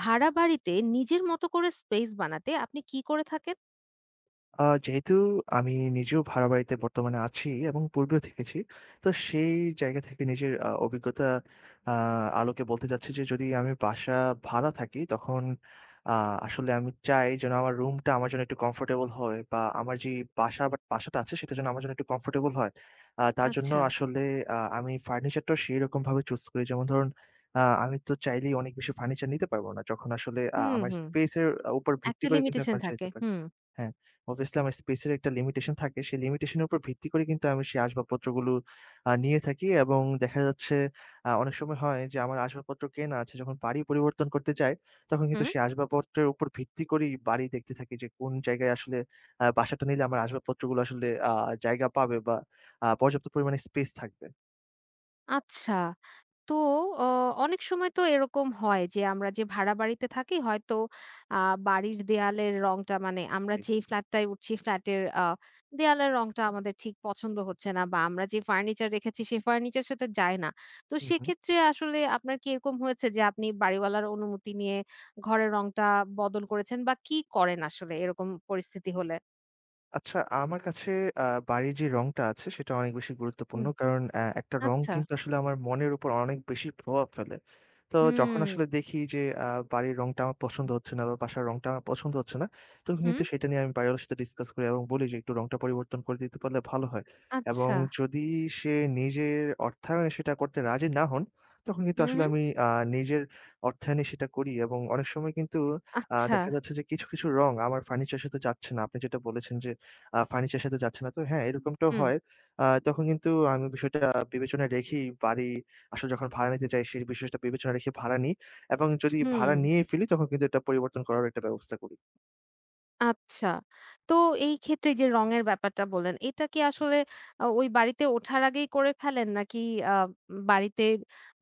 ভাড়া বাড়িতে নিজের মতো করে স্পেস বানাতে আপনি কি করে থাকেন? যেহেতু আমি নিজেও ভাড়া বাড়িতে বর্তমানে আছি এবং পূর্বেও থেকেছি। তো সেই জায়গা থেকে নিজের অভিজ্ঞতা আ আলোকে বলতে চাচ্ছি যে যদি আমি বাসা ভাড়া থাকি তখন আ আসলে আমি চাই যেন আমার রুমটা আমার জন্য একটু কমফোর্টেবল হয় বা আমার যেই বাসা বাট বাসাটা আছে সেটা যেন আমার জন্য একটু কমফোর্টেবল হয়। তার জন্য আচ্ছা। আসলে আমি ফার্নিচারটাও সেরকমভাবে চুজ করি। যেমন ধরুন আমি তো চাইলেই অনেক বেশি ফার্নিচার নিতে পারব না। যখন আসলে হুম, আমার হুম। স্পেস এর উপর ভিত্তি একটা করে কিন্তু আমি লিমিটেশন ফার্নিচার থাকে। নিতে পারি। হুম। হ্যাঁ, obviously আমার স্পেস এর একটা লিমিটেশন থাকে। সেই লিমিটেশন এর উপর ভিত্তি করে কিন্তু আমি সেই আসবাবপত্রগুলো নিয়ে থাকি এবং দেখা যাচ্ছে অনেক সময় হয় যে আমার আসবাবপত্র কেনা আছে, যখন বাড়ি পরিবর্তন করতে যাই, তখন কিন্তু হুম। সেই আসবাবপত্রের উপর ভিত্তি করেই বাড়ি দেখতে থাকি যে কোন জায়গায় আসলে বাসাটা নিলে আমার আসবাবপত্রগুলো আসলে জায়গা পাবে বা পর্যাপ্ত পরিমাণে স্পেস থাকবে। আচ্ছা। তো অ অনেক সময় তো এরকম হয় যে আমরা যে ভাড়া বাড়িতে থাকি হয়তো আ বাড়ির দেয়ালের রংটা মানে আমরা জি। যেই ফ্ল্যাটটায় উঠছি ফ্ল্যাটের দেয়ালের রংটা আমাদের ঠিক পছন্দ হচ্ছে না বা আমরা যে ফার্নিচার রেখেছি সেই ফার্নিচারের সাথে যায় না। তো হু, হু। সেক্ষেত্রে আসলে আপনার কি এরকম হয়েছে যে আপনি বাড়িওয়ালার অনুমতি নিয়ে ঘরের রংটা বদল করেছেন বা কি করেন আসলে এরকম পরিস্থিতি হলে? আচ্ছা, আমার কাছে আ বাড়ির যে রংটা আছে সেটা অনেক বেশি গুরুত্বপূর্ণ। হুম, কারণ একটা রং আচ্ছা। কিন্তু আসলে আমার মনের উপর অনেক বেশি প্রভাব ফেলে। তো যখন হুম, আসলে দেখি যে বাড়ির রংটা আমার পছন্দ হচ্ছে না বা বাসার রংটা আমার পছন্দ হচ্ছে না, তখন কিন্তু হুম, সেটা নিয়ে আমি বাড়িওয়ালার সাথে ডিসকাস করি এবং বলি যে একটু রংটা পরিবর্তন করে দিতে পারলে ভালো হয়। এবং আচ্ছা। যদি সে নিজের অর্থায়নে সেটা করতে রাজি না হন, তখন কিন্তু হুম, আসলে হুম, আমি নিজের অর্থায়নে সেটা করি এবং অনেক সময় কিন্তু আচ্ছা। দেখা যাচ্ছে যে কিছু, কিছু রং আমার ফার্নিচারের সাথে যাচ্ছে না। আপনি যেটা বলেছেন যে ফার্নিচারের সাথে যাচ্ছে না তো হ্যাঁ, এরকমটাও হুম, হয়। তখন কিন্তু আমি বিষয়টা বিবেচনায় রেখেই বাড়ি আসলে যখন ভাড়া নিতে চাই সেই বিষয়টা বিবেচনা রেখে ভাড়া নিই এবং যদি হুম। ভাড়া নিয়েই ফেলি তখন কিন্তু এটা পরিবর্তন করার একটা ব্যবস্থা করি। আচ্ছা। তো এই ক্ষেত্রে যে রঙের ব্যাপারটা বললেন, এটা কি আসলে ওই বাড়িতে ওঠার আগেই করে ফেলেন? নাকি আ বাড়িতে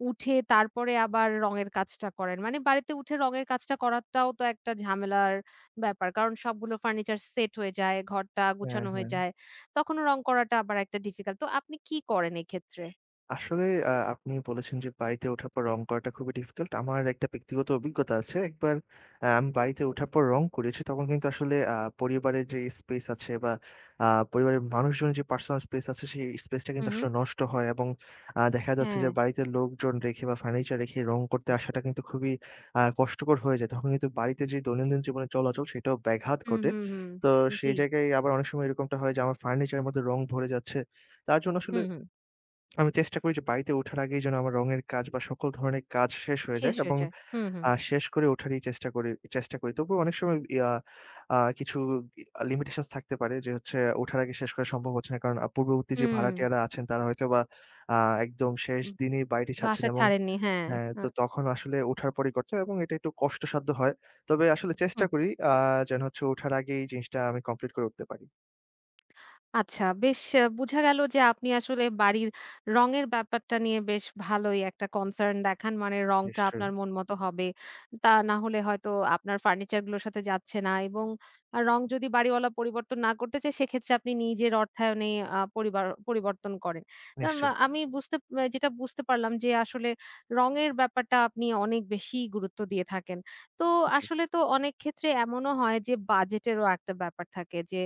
উঠে তারপরে আবার রঙের কাজটা করেন? মানে বাড়িতে উঠে রঙের কাজটা করাটাও তো একটা ঝামেলার ব্যাপার। কারণ সবগুলো ফার্নিচার সেট হয়ে যায়, ঘরটা হ্যাঁ, গুছানো হয়ে হ্যাঁ। যায়। তখনও রং করাটা আবার একটা ডিফিকাল্ট। তো আপনি কি করেন এক্ষেত্রে? আসলে আপনি বলেছেন যে, বাড়িতে ওঠার পর রং করাটা খুবই ডিফিকাল্ট। আমার একটা ব্যক্তিগত অভিজ্ঞতা আছে। একবার আমি বাড়িতে ওঠার পর রং করেছি। তখন কিন্তু আসলে পরিবারের যে স্পেস আছে বা আ পরিবারের মানুষজনের যে পার্সোনাল স্পেস আছে, সেই স্পেসটা কিন্তু হুম, হুম। আসলে নষ্ট হয় এবং দেখা যাচ্ছে হ্যাঁ। যে বাড়িতে লোকজন রেখে বা ফার্নিচার রেখে রং করতে আসাটা কিন্তু খুবই কষ্টকর হয়ে যায়। তখন কিন্তু বাড়িতে যে দৈনন্দিন জীবনে চলাচল, সেটাও ব্যাঘাত হুম, ঘটে। হুম, হুম। তো জি। সেই জায়গায় আবার অনেক সময় এরকমটা হয় যে, আমার ফার্নিচারের মধ্যে রং ভরে যাচ্ছে। তার জন্য আসলে হুম, হুম। আমি চেষ্টা করি যে বাড়িতে ওঠার আগেই যেন আমার রঙের কাজ বা সকল ধরনের কাজ শেষ হয়ে যায় শেষ হয়ে এবং যায়। হুম, হুম। শেষ করে ওঠারই চেষ্টা করি। তবুও অনেক সময় ইয়া আ কিছু লিমিটেশনস থাকতে পারে যে হচ্ছে ওঠার আগে শেষ করা সম্ভব হচ্ছে না। কারণ পূর্ববর্তী যে ভাড়াটিয়ারা আছেন তারা হয়তোবা আ একদম শেষ হুম। দিনেই বাড়িটি ছাড়ছেন বাসা এবং ছাড়েননি। হ্যাঁ। হ্যাঁ, তো তখন আসলে ওঠার পরিকর্তা এবং এটা একটু কষ্টসাধ্য হয়। তবে আসলে আ চেষ্টা করি যেন হচ্ছে ওঠার আগেই এই জিনিসটা আমি কমপ্লিট করে উঠতে পারি। আচ্ছা, বেশ বুঝা গেল যে আপনি আসলে বাড়ির রঙের ব্যাপারটা নিয়ে বেশ ভালোই একটা কনসার্ন দেখান। মানে রংটা নিশ্চয়ই, আপনার মন মতো হবে। তা না হলে হয়তো আপনার ফার্নিচারগুলোর সাথে যাচ্ছে না এবং রং যদি বাড়িওয়ালা পরিবর্তন না করতে চায় সেক্ষেত্রে আপনি নিজের অর্থায়নে পরিবার পরিবর্তন করেন। তা আম নিশ্চয়ই। আমি বুঝতে যেটা বুঝতে পারলাম যে আসলে রঙের ব্যাপারটা আপনি অনেক বেশি গুরুত্ব দিয়ে থাকেন। তো জি, আসলে তো অনেক ক্ষেত্রে এমনও হয় যে বাজেটেরও একটা ব্যাপার থাকে যে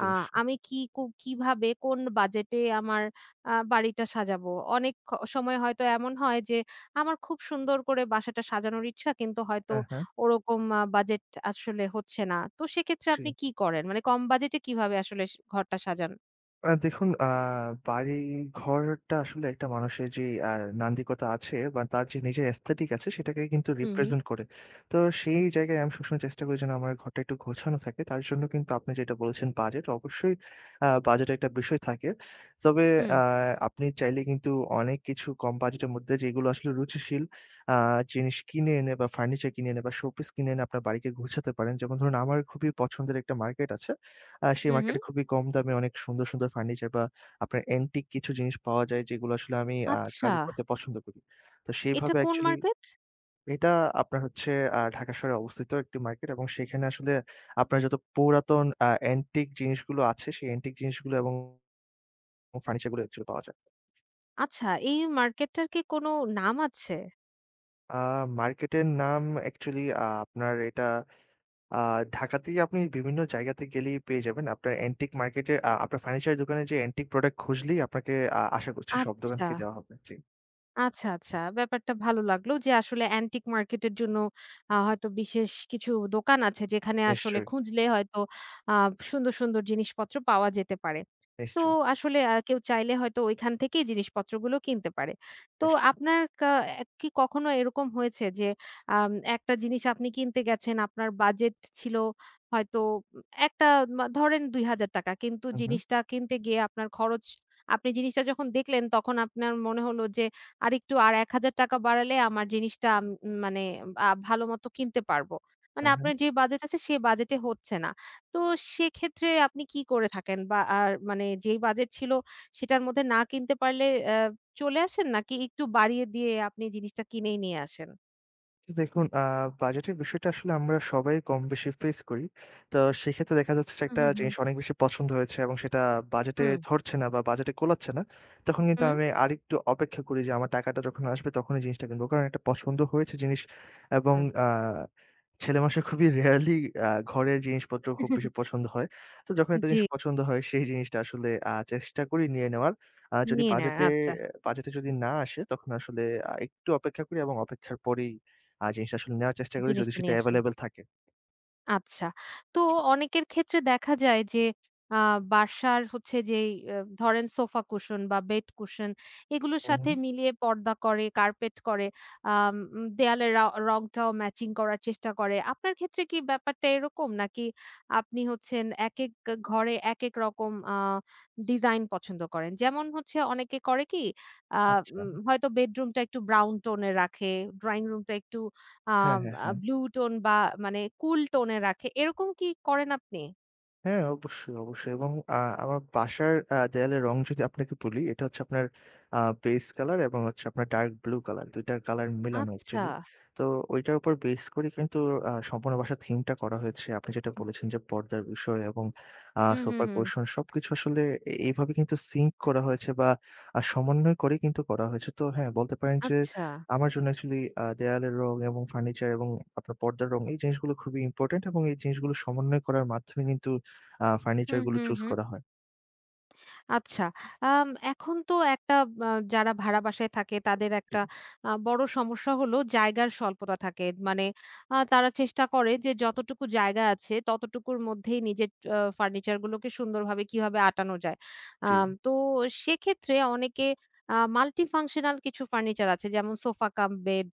আ নিশ্চয়ই। আমি কি কু কিভাবে কোন বাজেটে আমার বাড়িটা সাজাবো? অনেক সময় হয়তো এমন হয় যে আমার খুব সুন্দর করে বাসাটা সাজানোর ইচ্ছা কিন্তু হয়তো হ্যাঁ, হ্যাঁ। ওরকম বাজেট আসলে হচ্ছে না। তো সেক্ষেত্রে জি। আপনি কি করেন? মানে কম বাজেটে কিভাবে আসলে ঘরটা সাজান? দেখুন, বাড়িঘরটা আসলে একটা মানুষের যে আ নান্দিকতা আছে বা তার যে নিজের aesthetic আছে সেটাকে কিন্তু হুম, হুম। represent করে। তো সেই জায়গায় আমি সবসময় চেষ্টা করি যেন আমার ঘরটা একটু গোছানো থাকে। তার জন্য কিন্তু আপনি যেটা বলেছেন বাজেট, অবশ্যই বাজেট একটা বিষয় থাকে। তবে হুম, আ আপনি চাইলে কিন্তু অনেক কিছু কম বাজেটের মধ্যে যেগুলো আসলে রুচিশীল আ জিনিস কিনে এনে বা ফার্নিচার কিনে এনে বা শোপিস কিনে এনে আপনার বাড়িকে গোছাতে পারেন। যেমন ধরুন আমার খুবই পছন্দের একটা মার্কেট আছে। সেই হুম, হুম। মার্কেটে খুবই কম দামে অনেক সুন্দর, সুন্দর ফার্নিচার বা আপনার অ্যান্টিক কিছু জিনিস পাওয়া যায় যেগুলো আসলে আমি আচ্ছা, কালেক্ট করতে পছন্দ করি। তো এটা সেইভাবে কোন অ্যাকচুয়ালি মার্কেট? এটা আপনার হচ্ছে ঢাকা শহরে অবস্থিত একটি মার্কেট এবং সেখানে আসলে আপনার যত পুরাতন অ্যান্টিক জিনিসগুলো আছে, সেই অ্যান্টিক জিনিসগুলো এবং ফার্নিচার গুলো অ্যাকচুয়ালি পাওয়া যায়। আচ্ছা, এই মার্কেটটার কি কোনো নাম আছে? আ মার্কেটের নাম অ্যাকচুয়ালি আপনার এটা আ ঢাকাতেই আপনি বিভিন্ন জায়গাতে গেলেই পেয়ে যাবেন। আপনার অ্যান্টিক মার্কেটের আপনার ফার্নিচারের দোকানে যে অ্যান্টিক প্রোডাক্ট খুঁজলেই আপনাকে আশা করছি সব দোকান আচ্ছা। থেকে দেওয়া হবে। জি। আচ্ছা, আচ্ছা। ব্যাপারটা ভালো লাগলো যে আসলে অ্যান্টিক মার্কেটের জন্য হয়তো বিশেষ কিছু দোকান আছে যেখানে আসলে নিশ্চয়ই, খুঁজলে হয়তো আ সুন্দর, সুন্দর জিনিসপত্র পাওয়া যেতে পারে। তো নিশ্চয়ই, আসলে কেউ চাইলে হয়তো ওইখান থেকেই জিনিসপত্রগুলো কিনতে পারে। তো নিশ্চয়ই। আপনার কি কখনো এরকম হয়েছে যে একটা জিনিস আপনি কিনতে গেছেন, আপনার বাজেট ছিল হয়তো উম একটা ধরেন ৳২,০০০ কিন্তু হু, হু। জিনিসটা কিনতে গিয়ে আপনার খরচ আপনি জিনিসটা যখন দেখলেন তখন আপনার মনে হলো যে আরেকটু আর ৳১,০০০ বাড়ালে আমার জিনিসটা মানে ভালোমতো কিনতে পারবো। মানে হ্যাঁ, হ্যাঁ। আপনার যে বাজেট আছে সে বাজেটে হচ্ছে না। তো সেক্ষেত্রে আপনি কি করে থাকেন? বা আর মানে যেই বাজেট ছিল সেটার মধ্যে না কিনতে পারলে চলে আসেন নাকি একটু বাড়িয়ে দিয়ে আপনি জিনিসটা কিনেই নিয়ে আসেন? দেখুন, বাজেটের বিষয়টা আসলে আমরা সবাই কম-বেশি ফেস করি। তো সেক্ষেত্রে দেখা যাচ্ছে যে হুম, একটা হুম, হুম। জিনিস অনেক বেশি পছন্দ হয়েছে এবং সেটা বাজেটে ধরছে না বা বাজেটে কোলাচ্ছে না। তখন কিন্তু হুম, হুম, আমি আরেকটু অপেক্ষা করি যে আমার টাকাটা যখন আসবে তখনই জিনিসটা কিনবো। কারণ একটা পছন্দ হয়েছে জিনিস এবং হুম। আ ছেলেমানুষের খুবই রেয়ারলি ঘরের জিনিসপত্র খুব বেশি পছন্দ হয়। তো যখন একটা জি, জিনিস পছন্দ হয় সেই জিনিসটা আসলে চেষ্টা করি নিয়ে নেওয়ার। আ যদি নিয়ে নেন। বাজেটে আচ্ছা, বাজেটে যদি না আসে তখন আসলে একটু অপেক্ষা করি এবং অপেক্ষার পরেই আর জিনিসটা আসলে নেওয়ার চেষ্টা করি যদি জিনিসটা সেটা নিয়ে আসেন। এভেইলেবল থাকে। আচ্ছা। তো অনেকের ক্ষেত্রে দেখা যায় যে আ বাসার হচ্ছে যেই ধরেন সোফা কুশন বা বেড কুশন এগুলোর হু, হু। সাথে মিলিয়ে পর্দা করে, কার্পেট করে, আম উম দেয়ালের রংটাও ম্যাচিং করার চেষ্টা করে। আপনার ক্ষেত্রে কি ব্যাপারটা এরকম? নাকি আপনি হচ্ছেন একেক ঘরে একেক রকম ডিজাইন পছন্দ করেন? যেমন হচ্ছে অনেকে করে কি আ আচ্ছা। উম হয়তো বেডরুমটা একটু ব্রাউন টোন এ রাখে, ড্রইং রুমটা একটু হ্যাঁ, আম হ্যাঁ, আ হ্যাঁ। ব্লু টোন বা মানে কুল টোন এ রাখে। এরকম কি করেন আপনি? হ্যাঁ, অবশ্যই, অবশ্যই এবং আমার বাসার দেয়ালের রং যদি আপনাকে বলি, এটা হচ্ছে আপনার বেজ কালার এবং হচ্ছে আপনার ডার্ক ব্লু কালার। ২ টা কালার মিলানো আচ্ছা। অ্যাকচুয়ালি। তো ঐটার উপর বেস করে কিন্তু সম্পূর্ণ বাসার থিমটা করা হয়েছে। আপনি যেটা বলেছেন যে পর্দার বিষয় এবং হুম, হুম, সোফার হুম। কুশন সবকিছু আসলে এইভাবে কিন্তু সিঙ্ক করা হয়েছে বা সমন্বয় করেই কিন্তু করা হয়েছে। তো হ্যাঁ, বলতে পারেন যে আচ্ছা। আমার জন্য অ্যাকচুয়ালি দেয়ালের রং এবং ফার্নিচার এবং আপনার পর্দার রং এই জিনিসগুলো খুবই ইম্পোর্টেন্ট এবং এই জিনিসগুলো সমন্বয় করার মাধ্যমে কিন্তু ফার্নিচার হুম, গুলো হুম, চুজ হুম। করা হয়। আচ্ছা। এখন তো একটা আ যারা ভাড়া বাসায় থাকে তাদের জি, একটা বড় সমস্যা হলো জায়গার স্বল্পতা থাকে। মানে তারা চেষ্টা করে যে যতটুকু জায়গা আছে ততটুকুর মধ্যেই নিজের ফার্নিচার গুলোকে সুন্দরভাবে কিভাবে আটানো যায়। জি। তো সেক্ষেত্রে অনেকে মাল্টি ফাংশনাল কিছু ফার্নিচার আছে যেমন সোফা কাম বেড।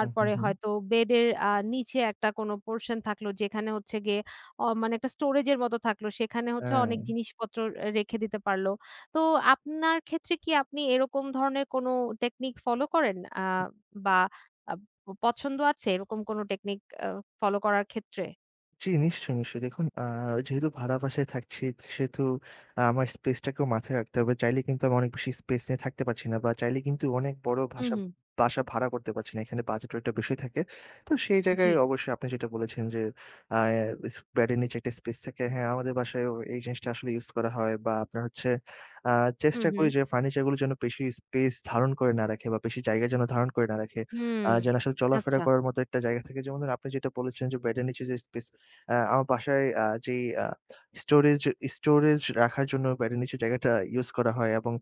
হু, হু, হু। হয়তো বেডের নিচে একটা কোনো পোরশন থাকলো যেখানে হচ্ছে গিয়ে মানে একটা স্টোরেজ এর মতো থাকলো। সেখানে হচ্ছে হ্যাঁ। অনেক জিনিসপত্র রেখে দিতে পারলো। তো আপনার ক্ষেত্রে কি আপনি এরকম ধরনের কোনো টেকনিক ফলো করেন? বা আ প পছন্দ আছে এরকম কোনো টেকনিক আ ফলো করার ক্ষেত্রে? জি, নিশ্চয়ই, নিশ্চয়ই। দেখুন যেহেতু ভাড়া বাসায় থাকছি সেহেতু আমার স্পেসটাকেও মাথায় রাখতে হবে। চাইলে কিন্তু আমি অনেক বেশি স্পেস নিয়ে থাকতে পারছি না বা চাইলে কিন্তু অনেক বড় হুম, ভাষা হুম। বাসা ভাড়া করতে পারছি না। এখানে বাজেটের একটা বিষয় থাকে। তো সেই জায়গায় জি। অবশ্যই আপনি যেটা বলেছেন যে আ ইস বেডের নিচে একটা স্পেস থাকে। হ্যাঁ, আমাদের বাসায়ও এই জিনিসটা আসলে ইউজ করা হয় বা আপনার হচ্ছে আ হুম, চেষ্টা হুম। করি যে ফার্নিচার গুলো যেন বেশি স্পেস ধারণ করে না রাখে বা বেশি জায়গা যেন ধারণ করে না রাখে। হুম। যেন আসলে চলাফেরা আচ্ছা, করার মতো একটা জায়গা থাকে। যেমন ধরুন আপনি যেটা বলেছেন যে বেডের নিচে যে স্পেস আ আমার বাসায় আ যেই আ স্টোরেজ স্টোরেজ রাখার জন্য বেডের নিচে জায়গাটা ইউজ করা হয় এবং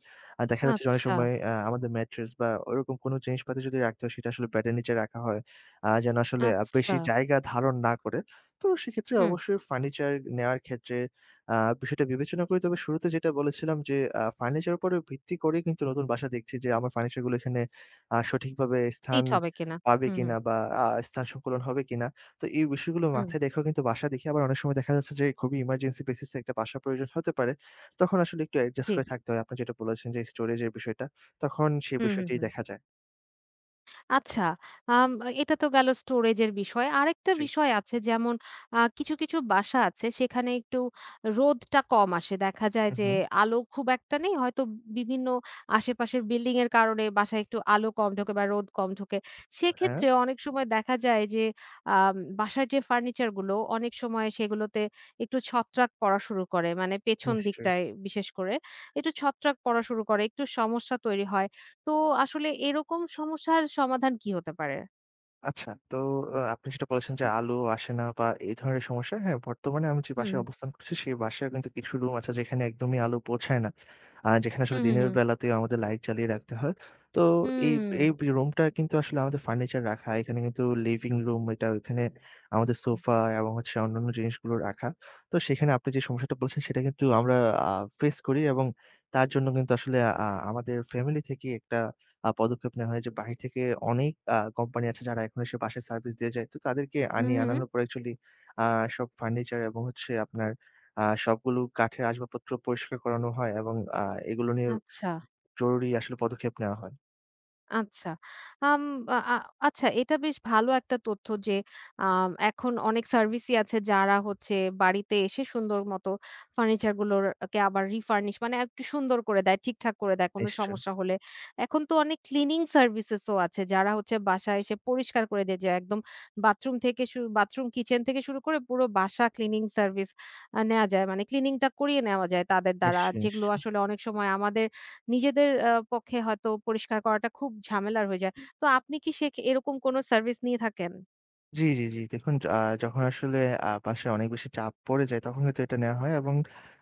দেখা যাচ্ছে যে অনেক আচ্ছা, সময় আমাদের ম্যাট্রেস বা ওরকম কোনো জিনিসপাতি যদি রাখতে হয় সেটা আসলে বেডের নিচে রাখা হয়। যেন আসলে আচ্ছা। বেশি জায়গা ধারণ না করে। তো সেক্ষেত্রে হুম। অবশ্যই ফার্নিচার নেওয়ার ক্ষেত্রে বিষয়টা বিবেচনা করি। তবে শুরুতে যেটা বলেছিলাম যে ফার্নিচার এর উপরে ভিত্তি করেই কিন্তু নতুন বাসা দেখছি যে আমার ফার্নিচার গুলো এখানে সঠিকভাবে স্থান হিট হবে কিনা। পাবে হুম, হুম, কিনা বা স্থান সংকুলন হবে কিনা। তো এই বিষয়গুলো হুম। মাথায় রেখেও কিন্তু বাসা দেখি আবার অনেক সময় দেখা যাচ্ছে যে খুবই ইমার্জেন্সি বেসিস এ একটা বাসা প্রয়োজন হতে পারে। তখন আসলে একটু অ্যাডজাস্ট জি। করে থাকতে হয়। আপনি যেটা বলেছেন যে স্টোরেজ এর বিষয়টা, তখন সেই হুম, হুম, বিষয়টি হুম। দেখা যায়। আচ্ছা, আম এটা তো গেল স্টোরেজের বিষয়। আরেকটা জি। বিষয় আছে যেমন কিছু, কিছু বাসা আছে সেখানে একটু রোদটা কম আসে। দেখা যায় হু, যে হু। আলো খুব একটা নেই। হয়তো বিভিন্ন আশেপাশের বিল্ডিং এর কারণে বাসায় একটু আলো কম ঢোকে বা রোদ কম ঢোকে। হ্যাঁ, সেক্ষেত্রে অনেক সময় দেখা যায় যে আম বাসার যে ফার্নিচার গুলো অনেক সময় সেগুলোতে একটু ছত্রাক পড়া শুরু করে। মানে পেছন নিশ্চয়ই। দিকটায় বিশেষ করে একটু ছত্রাক পড়া শুরু করে, একটু সমস্যা তৈরি হয়। তো আসলে এরকম সমস্যার সমাধান কি হতে পারে? আচ্ছা, তো আপনি যেটা বলেছেন যে আলো আসে না বা এই ধরনের সমস্যা, হ্যাঁ, বর্তমানে আমি যে হুম, বাসায় অবস্থান করছি সেই বাসায় কিন্তু কিছু রুম আছে যেখানে একদমই আলো পৌঁছায় না। যেখানে আসলে হুম, হুম, দিনের হুম। বেলাতেও আমাদের লাইট জ্বালিয়ে রাখতে হয়। তো এই হুম। এই রুমটা কিন্তু আসলে আমাদের ফার্নিচার রাখা, এখানে কিন্তু লিভিং রুম এটা ওইখানে আমাদের সোফা এবং হচ্ছে অন্যান্য জিনিসগুলো রাখা। তো সেখানে আপনি যে সমস্যাটা বলছেন সেটা কিন্তু আমরা আ ফেস করি এবং তার জন্য কিন্তু আসলে আমাদের ফ্যামিলি থেকে একটা পদক্ষেপ নেওয়া হয় যে বাহির থেকে অনেক কোম্পানি আছে যারা এখন এসে বাসায় সার্ভিস দিয়ে যায়। তো তাদেরকে হুম, আনি। হুম, হুম। আনানোর পর অ্যাকচুয়ালি আ সব ফার্নিচার এবং হচ্ছে আপনার সবগুলো কাঠের আসবাবপত্র পরিষ্কার করানো হয় এবং আ এগুলো নিয়ে আচ্ছা। জরুরি আসলে পদক্ষেপ নেওয়া হয়। আচ্ছা। আম আ আ আচ্ছা, এটা বেশ ভালো একটা তথ্য যে এখন অনেক সার্ভিসই আছে যারা হচ্ছে বাড়িতে এসে সুন্দর মতো ফার্নিচার গুলোর আবার রিফার্নিশ মানে একটু সুন্দর করে দেয়, ঠিকঠাক করে দেয় কোনো নিশ্চয়ই, সমস্যা হলে। এখন তো অনেক ক্লিনিং সার্ভিসেস ও আছে যারা হচ্ছে বাসায় এসে পরিষ্কার করে দিয়ে যায়। একদম বাথরুম, কিচেন থেকে শুরু করে পুরো বাসা ক্লিনিং সার্ভিস নেয়া যায়। মানে ক্লিনিং টা করিয়ে নেওয়া যায় তাদের দ্বারা। নিশ্চয়ই, যেগুলো নিশ্চয়ই। আসলে অনেক সময় আমাদের নিজেদের পক্ষে হয়তো পরিষ্কার করাটা খুব ঝামেলার হয়ে যায়। তো আপনি কি এরকম কোনো সার্ভিস নিয়ে থাকেন? জি, জি, জি। দেখুন যখন আসলে বাসায় অনেক বেশি চাপ পড়ে যায় তখন কিন্তু এটা নেওয়া হয় এবং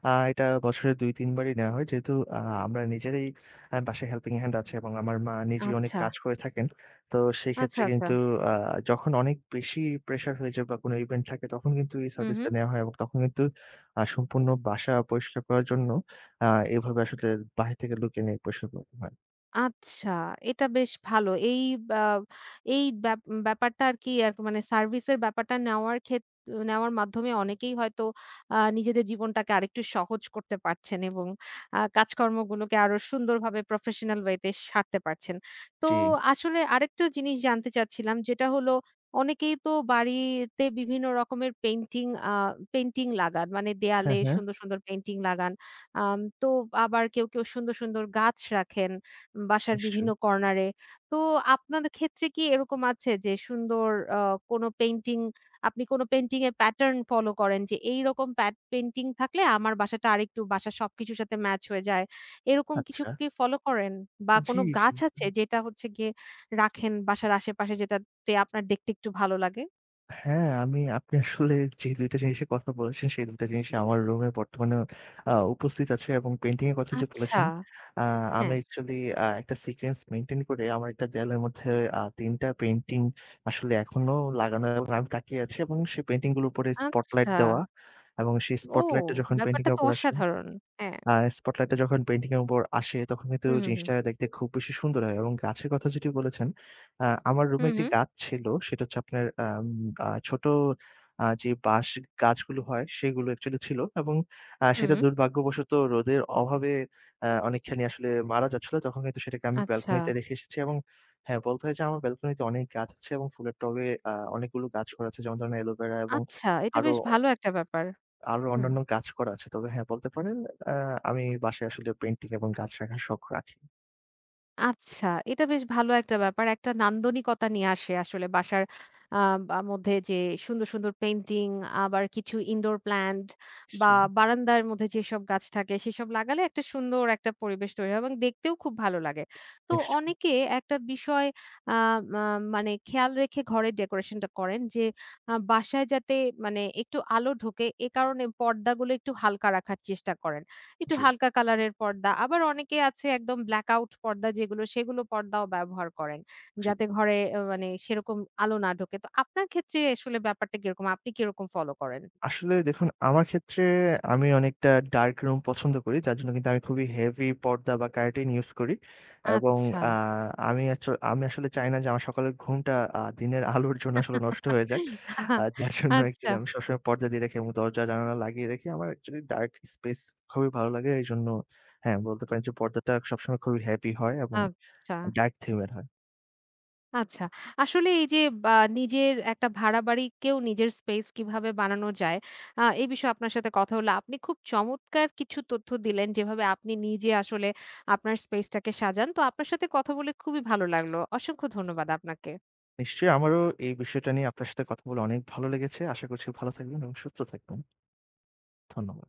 এটা বছরে ২-৩ বারই নেওয়া হয়। যেহেতু আ আমরা নিজেরাই বাসায় হেল্পিং হ্যান্ড আছে এবং আমার মা নিজেই অনেক আচ্ছা, কাজ করে থাকেন। তো সেই আচ্ছা, ক্ষেত্রে আচ্ছা। কিন্তু আ যখন অনেক বেশি প্রেশার হয়ে যায় বা কোনো ইভেন্ট থাকে তখন কিন্তু এই হু, হু। সার্ভিসটা নেওয়া হয় এবং তখন কিন্তু সম্পূর্ণ বাসা পরিষ্কার করার জন্য আ এভাবে আসলে বাহির থেকে লুকিয়ে নিয়ে পরিষ্কার করতে হয়। আচ্ছা, এটা বেশ ভালো। বা এই ব্যাপারটা আরকি আর মানে সার্ভিসের ব্যাপারটা নেওয়ার মাধ্যমে অনেকেই হয়তো নিজেদের জীবনটাকে আরেকটু সহজ করতে পারছেন এবং কাজকর্মগুলোকে আরো সুন্দরভাবে প্রফেশনাল ওয়েতে সারতে পারছেন। তো জি। আসলে আরেকটা জিনিস জানতে চাচ্ছিলাম যেটা হলো অনেকেই তো বাড়িতে বিভিন্ন রকমের পেইন্টিং লাগান। মানে হ্যাঁ, দেয়ালে হ্যাঁ। সুন্দর, সুন্দর পেইন্টিং লাগান। তো আবার কেউ, কেউ সুন্দর, সুন্দর গাছ রাখেন। বাসার নিশ্চয়ই। বিভিন্ন কর্নারে। তো আপনাদের ক্ষেত্রে কি এরকম আছে যে সুন্দর আ কোনো পেইন্টিং আপনি কোনো পেইন্টিং এর প্যাটার্ন ফলো করেন যে এইরকম পেইন্টিং থাকলে আমার বাসাটা আরেকটু বাসার সবকিছুর সাথে ম্যাচ হয়ে যায়। এরকম কিছু আচ্ছা। কি ফলো করেন? বা জি, কোনো জি। গাছ আছে যেটা হচ্ছে গিয়ে রাখেন বাসার আশেপাশে যেটাতে আপনার দেখতে একটু ভালো লাগে? হ্যাঁ, আমি আপনি আসলে যে ২ টা জিনিসের কথা বলেছেন, সেই ২ টা জিনিসই আমার রুমে বর্তমানে উপস্থিত আছে এবং পেইন্টিং এর কথা যে আচ্ছা, বলেছেন, আ আমি হ্যাঁ, অ্যাকচুয়ালি একটা সিকোয়েন্স মেইনটেইন করে আমার একটা দেয়ালের মধ্যে ৩ টা পেইন্টিং আসলে এখনো লাগানো এবং আমি তাকিয়ে আছি এবং সেই পেইন্টিং গুলোর উপরে স্পটলাইট আচ্ছা। দেওয়া এবং সেই ও! স্পটলাইটটা যখন পেইন্টিং ব্যাপারটা এর তো উপর আসে অসাধারণ। হ্যাঁ। আ স্পটলাইট টা যখন পেইন্টিং এর উপর আসে তখন কিন্তু হু, হু, হু। জিনিসটা দেখতে খুব বেশি সুন্দর হয় এবং গাছের কথা যেটি বলেছেন, আমার হু, রুমে একটি হু, গাছ ছিল। সেটা হচ্ছে আপনার আম আ ছোট যে বাঁশ গাছগুলো হয় সেগুলো অ্যাকচুয়ালি ছিল এবং হু, সেটা হু। দুর্ভাগ্যবশত রোদের অভাবে অনেকখানি আসলে মারা যাচ্ছিল। তখন কিন্তু সেটাকে আমি আচ্ছা। ব্যালকনিতে রেখে এসেছি এবং হ্যাঁ, বলতে হয় যে আমার ব্যালকনিতে অনেক গাছ আছে এবং ফুলের টবে অনেকগুলো গাছ করা আছে। যেমন ধরেন অ্যালোভেরা এবং আচ্ছা, এটা আরো বেশ ভালো একটা ব্যাপার। আরো হুম। অন্যান্য গাছ করা আছে। তবে হ্যাঁ, বলতে পারেন আ আমি বাসায় আসলে পেইন্টিং এবং গাছ রাখার শখ রাখি। আচ্ছা, এটা বেশ ভালো একটা ব্যাপার। একটা নান্দনিকতা নিয়ে আসে আসলে বাসার আ বা মধ্যে যে সুন্দর, সুন্দর পেইন্টিং আবার কিছু ইনডোর প্ল্যান্ট বা নিশ্চয়ই, বারান্দার মধ্যে যেসব গাছ থাকে সেসব লাগালে একটা সুন্দর একটা পরিবেশ তৈরি হয় এবং দেখতেও খুব ভালো লাগে। তো নিশ্চয়ই। অনেকে একটা বিষয় আ মা মানে খেয়াল রেখে ঘরের ডেকোরেশনটা করেন যে বাসায় যাতে মানে একটু আলো ঢোকে এ কারণে পর্দাগুলো একটু হালকা রাখার চেষ্টা করেন। একটু জি, হালকা কালারের পর্দা। আবার অনেকে আছে একদম ব্ল্যাক আউট পর্দা যেগুলো, সেগুলো পর্দাও ব্যবহার করেন। জি। যাতে ঘরে মানে সেরকম আলো না ঢোকে। তো আপনার ক্ষেত্রে আসলে ব্যাপারটা কিরকম? আপনি কিরকম ফলো করেন? আসলে দেখুন আমার ক্ষেত্রে আমি অনেকটা ডার্ক রুম পছন্দ করি। যার জন্য কিন্তু আমি খুবই হেভি পর্দা বা কার্টেন ইউস করি এবং আচ্ছা। আ আমি আচ আমি আসলে চাই না যে আমার সকালের ঘুমটা দিনের আলোর জন্য আসলে নষ্ট হয়ে যাক। যার জন্য আচ্ছা, অ্যাকচুয়ালি আমি সবসময় পর্দা দিয়ে রাখি এবং দরজা জানালা লাগিয়ে রাখি। আমার অ্যাকচুয়ালি ডার্ক স্পেস খুবই ভালো লাগে। এজন্য হ্যাঁ, বলতে পারেন যে পর্দাটা সবসময় খুবই হেভি হয় এবং আচ্ছা। ডার্ক থিম এর হয়। আচ্ছা। আসলে এই যে বা নিজের একটা ভাড়া বাড়িকেও নিজের স্পেস কিভাবে বানানো যায়, এই বিষয়ে আপনার সাথে কথা হলো। আপনি খুব চমৎকার কিছু তথ্য দিলেন, যেভাবে আপনি নিজে আসলে আপনার স্পেসটাকে সাজান। তো আপনার সাথে কথা বলে খুবই ভালো লাগলো। অসংখ্য ধন্যবাদ আপনাকে। নিশ্চয়ই আমারও এই বিষয়টা নিয়ে আপনার সাথে কথা বলে অনেক ভালো লেগেছে। আশা করছি ভালো থাকবেন এবং সুস্থ থাকবেন। ধন্যবাদ।